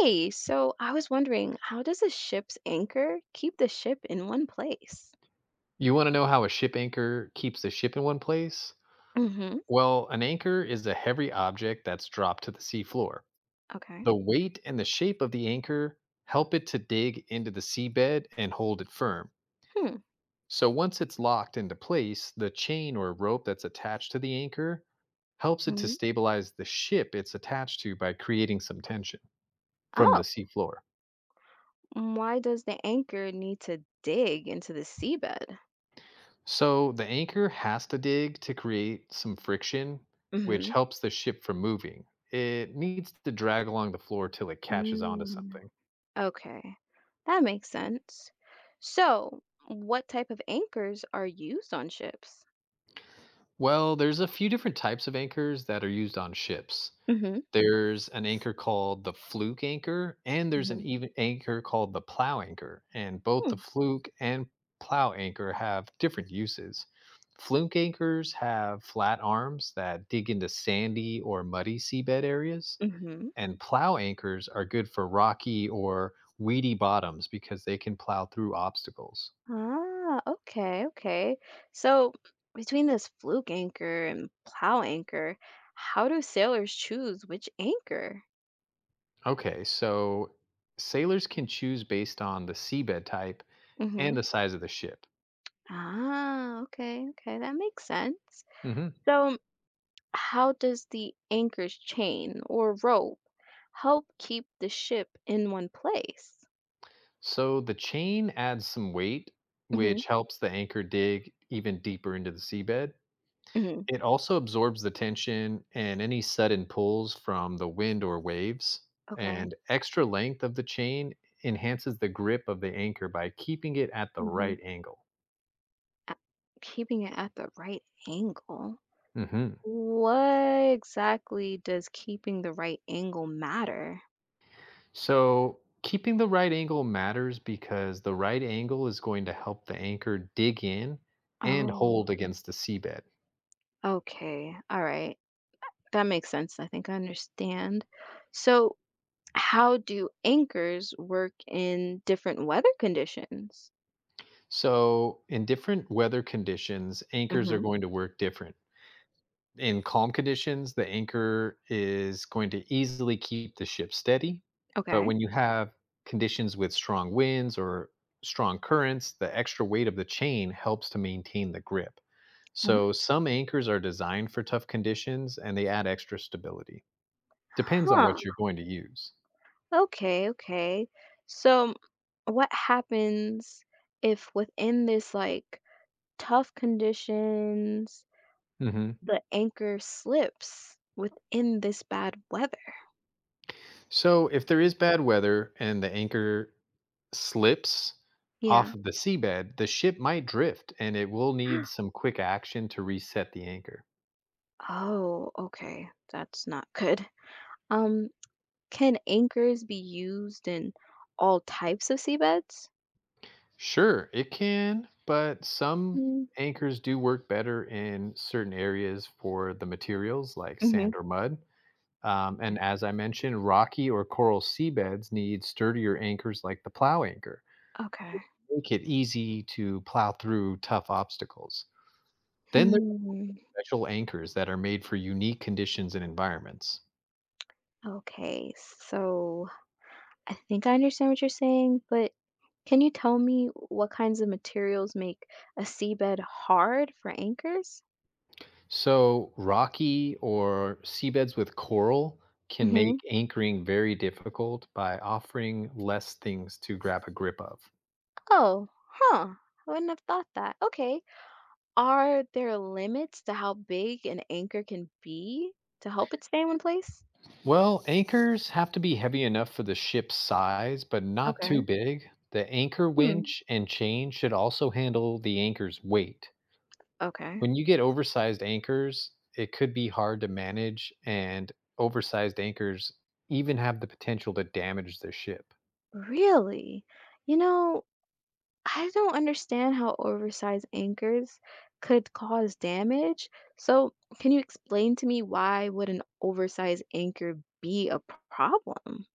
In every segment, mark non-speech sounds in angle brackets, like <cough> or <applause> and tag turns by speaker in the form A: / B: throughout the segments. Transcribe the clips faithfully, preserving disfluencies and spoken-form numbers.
A: Hey, so I was wondering, how does a ship's anchor keep the ship in one place?
B: You want to know how a ship anchor keeps the ship in one place?
A: Mm-hmm.
B: Well, an anchor is a heavy object that's dropped to the seafloor.
A: Okay.
B: The weight and the shape of the anchor help it to dig into the seabed and hold it firm.
A: Hmm.
B: So once it's locked into place, the chain or rope that's attached to the anchor helps it to
A: Hmm.
B: stabilize the ship it's attached to by creating some tension from
A: Oh,
B: the seafloor.
A: mm, why does the anchor need to dig into the seabed?
B: So the anchor has to dig to create some friction, which
A: Mm-hmm.
B: helps the ship from moving. It needs to drag along the floor till it catches onto
A: Mm.
B: something.
A: Okay. That makes sense. So, what type of anchors are used on ships?
B: Well, there's a few different types of anchors that are used on ships.
A: Mm-hmm.
B: There's an anchor called the fluke anchor, and there's an
A: Mm-hmm.
B: even anchor called the plow anchor. And both the fluke and plow anchor have different uses. Fluke anchors have flat arms that dig into sandy or muddy seabed areas,
A: Mm-hmm.
B: and plow anchors are good for rocky or weedy bottoms because they can plow through obstacles.
A: Ah, okay, okay. So between this fluke anchor and plow anchor, how do sailors choose which anchor?
B: Okay, so sailors can choose based on the seabed type
A: Mm-hmm.
B: and the size of the ship.
A: Ah, okay, okay, that makes sense.
B: hmm
A: So how does the anchor's chain or rope help keep the ship in one place?
B: So the chain adds some weight,
A: Mm-hmm.
B: which helps the anchor dig even deeper into the seabed.
A: Mm-hmm.
B: It also absorbs the tension and any sudden pulls from the wind or waves,
A: Okay.
B: and extra length of the chain enhances the grip of the anchor by keeping it at the
A: Mm-hmm.
B: right angle.
A: Keeping it at the right angle.
B: hmm
A: What exactly does keeping the right angle matter?
B: So, keeping the right angle matters because the right angle is going to help the anchor dig in and
A: Oh,
B: hold against the seabed.
A: okay. All right. That makes sense. I think I understand. So, how do anchors work in different weather conditions?
B: So, in different weather conditions, anchors are
A: Hmm.
B: going to work different. In calm conditions, the anchor is going to easily keep the ship steady. But
A: Okay.
B: when you have conditions with strong winds or strong currents, the extra weight of the chain helps to maintain the grip.
A: Uh,
B: So some anchors are designed for tough conditions and they add extra stability. Depends on
A: Huh.
B: what you're going to use.
A: Okay, okay. So, what happens if within this like tough conditions,
B: Mhm.
A: the anchor slips within this bad weather?
B: So if there is bad weather and the anchor slips
A: Yeah.
B: off of the seabed, the ship might drift and it will need
A: <gasps>
B: some quick action to reset the anchor.
A: Oh, okay. That's not good. Um, Can anchors be used in all types of seabeds?
B: Sure, it can, but some
A: Mm.
B: anchors do work better in certain areas for the materials like
A: Mhm.
B: sand or mud. Um, and as I mentioned, rocky or coral seabeds need sturdier anchors like the plow anchor,
A: Okay.
B: make it easy to plow through tough obstacles. Then
A: Hmm.
B: special anchors that are made for unique conditions and environments.
A: Okay. So I think I understand what you're saying, but can you tell me what kinds of materials make a seabed hard for anchors?
B: So, rocky or seabeds with coral can make
A: Mhm.
B: anchoring very difficult by offering less things to grab a grip of.
A: Oh, huh. I wouldn't have thought that. Okay. Are there limits to how big an anchor can be to help it stay in one place?
B: Well, anchors have to be heavy enough for the ship's size, but not too
A: Okay.
B: big. The anchor
A: Hmm.
B: winch and chain should also handle the anchor's weight.
A: Okay.
B: When you get oversized anchors, it could be hard to manage, and oversized anchors even have the potential to damage the ship.
A: Really? You know, I don't understand how oversized anchors could cause damage. So, can you explain to me why would an oversized anchor be a problem?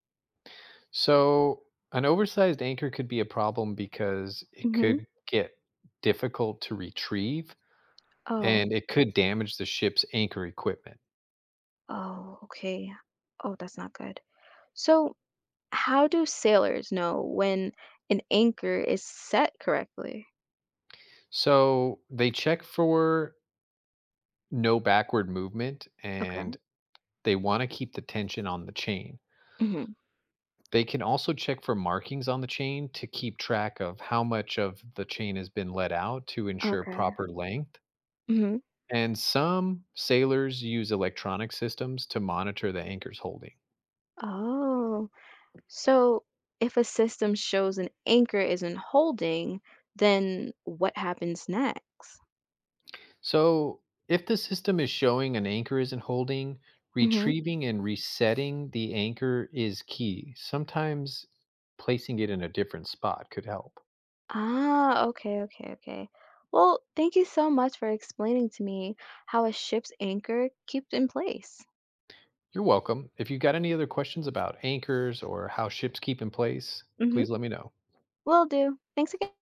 B: So, an oversized anchor could be a problem because it
A: Hmm.
B: could get difficult to retrieve
A: Oh,
B: and it could damage the ship's anchor equipment.
A: oh, okay. Oh, that's not good. So, how do sailors know when an anchor is set correctly?
B: So, they check for no backward movement
A: Okay.
B: and they want to keep the tension on the chain.
A: Hmm.
B: They can also check for markings on the chain to keep track of how much of the chain has been let out to ensure
A: Okay.
B: proper length.
A: Hmm.
B: And some sailors use electronic systems to monitor the anchor's holding.
A: Oh, so if a system shows an anchor isn't holding, then what happens next?
B: So, if the system is showing an anchor isn't holding,
A: Mhm.
B: retrieving and resetting the anchor is key. Sometimes placing it in a different spot could help.
A: Ah, okay, okay, okay. Well, thank you so much for explaining to me how a ship's anchor keeps in place.
B: You're welcome. If you've got any other questions about anchors or how ships keep in place,
A: Hmm.
B: please let me know.
A: Will do. Thanks again.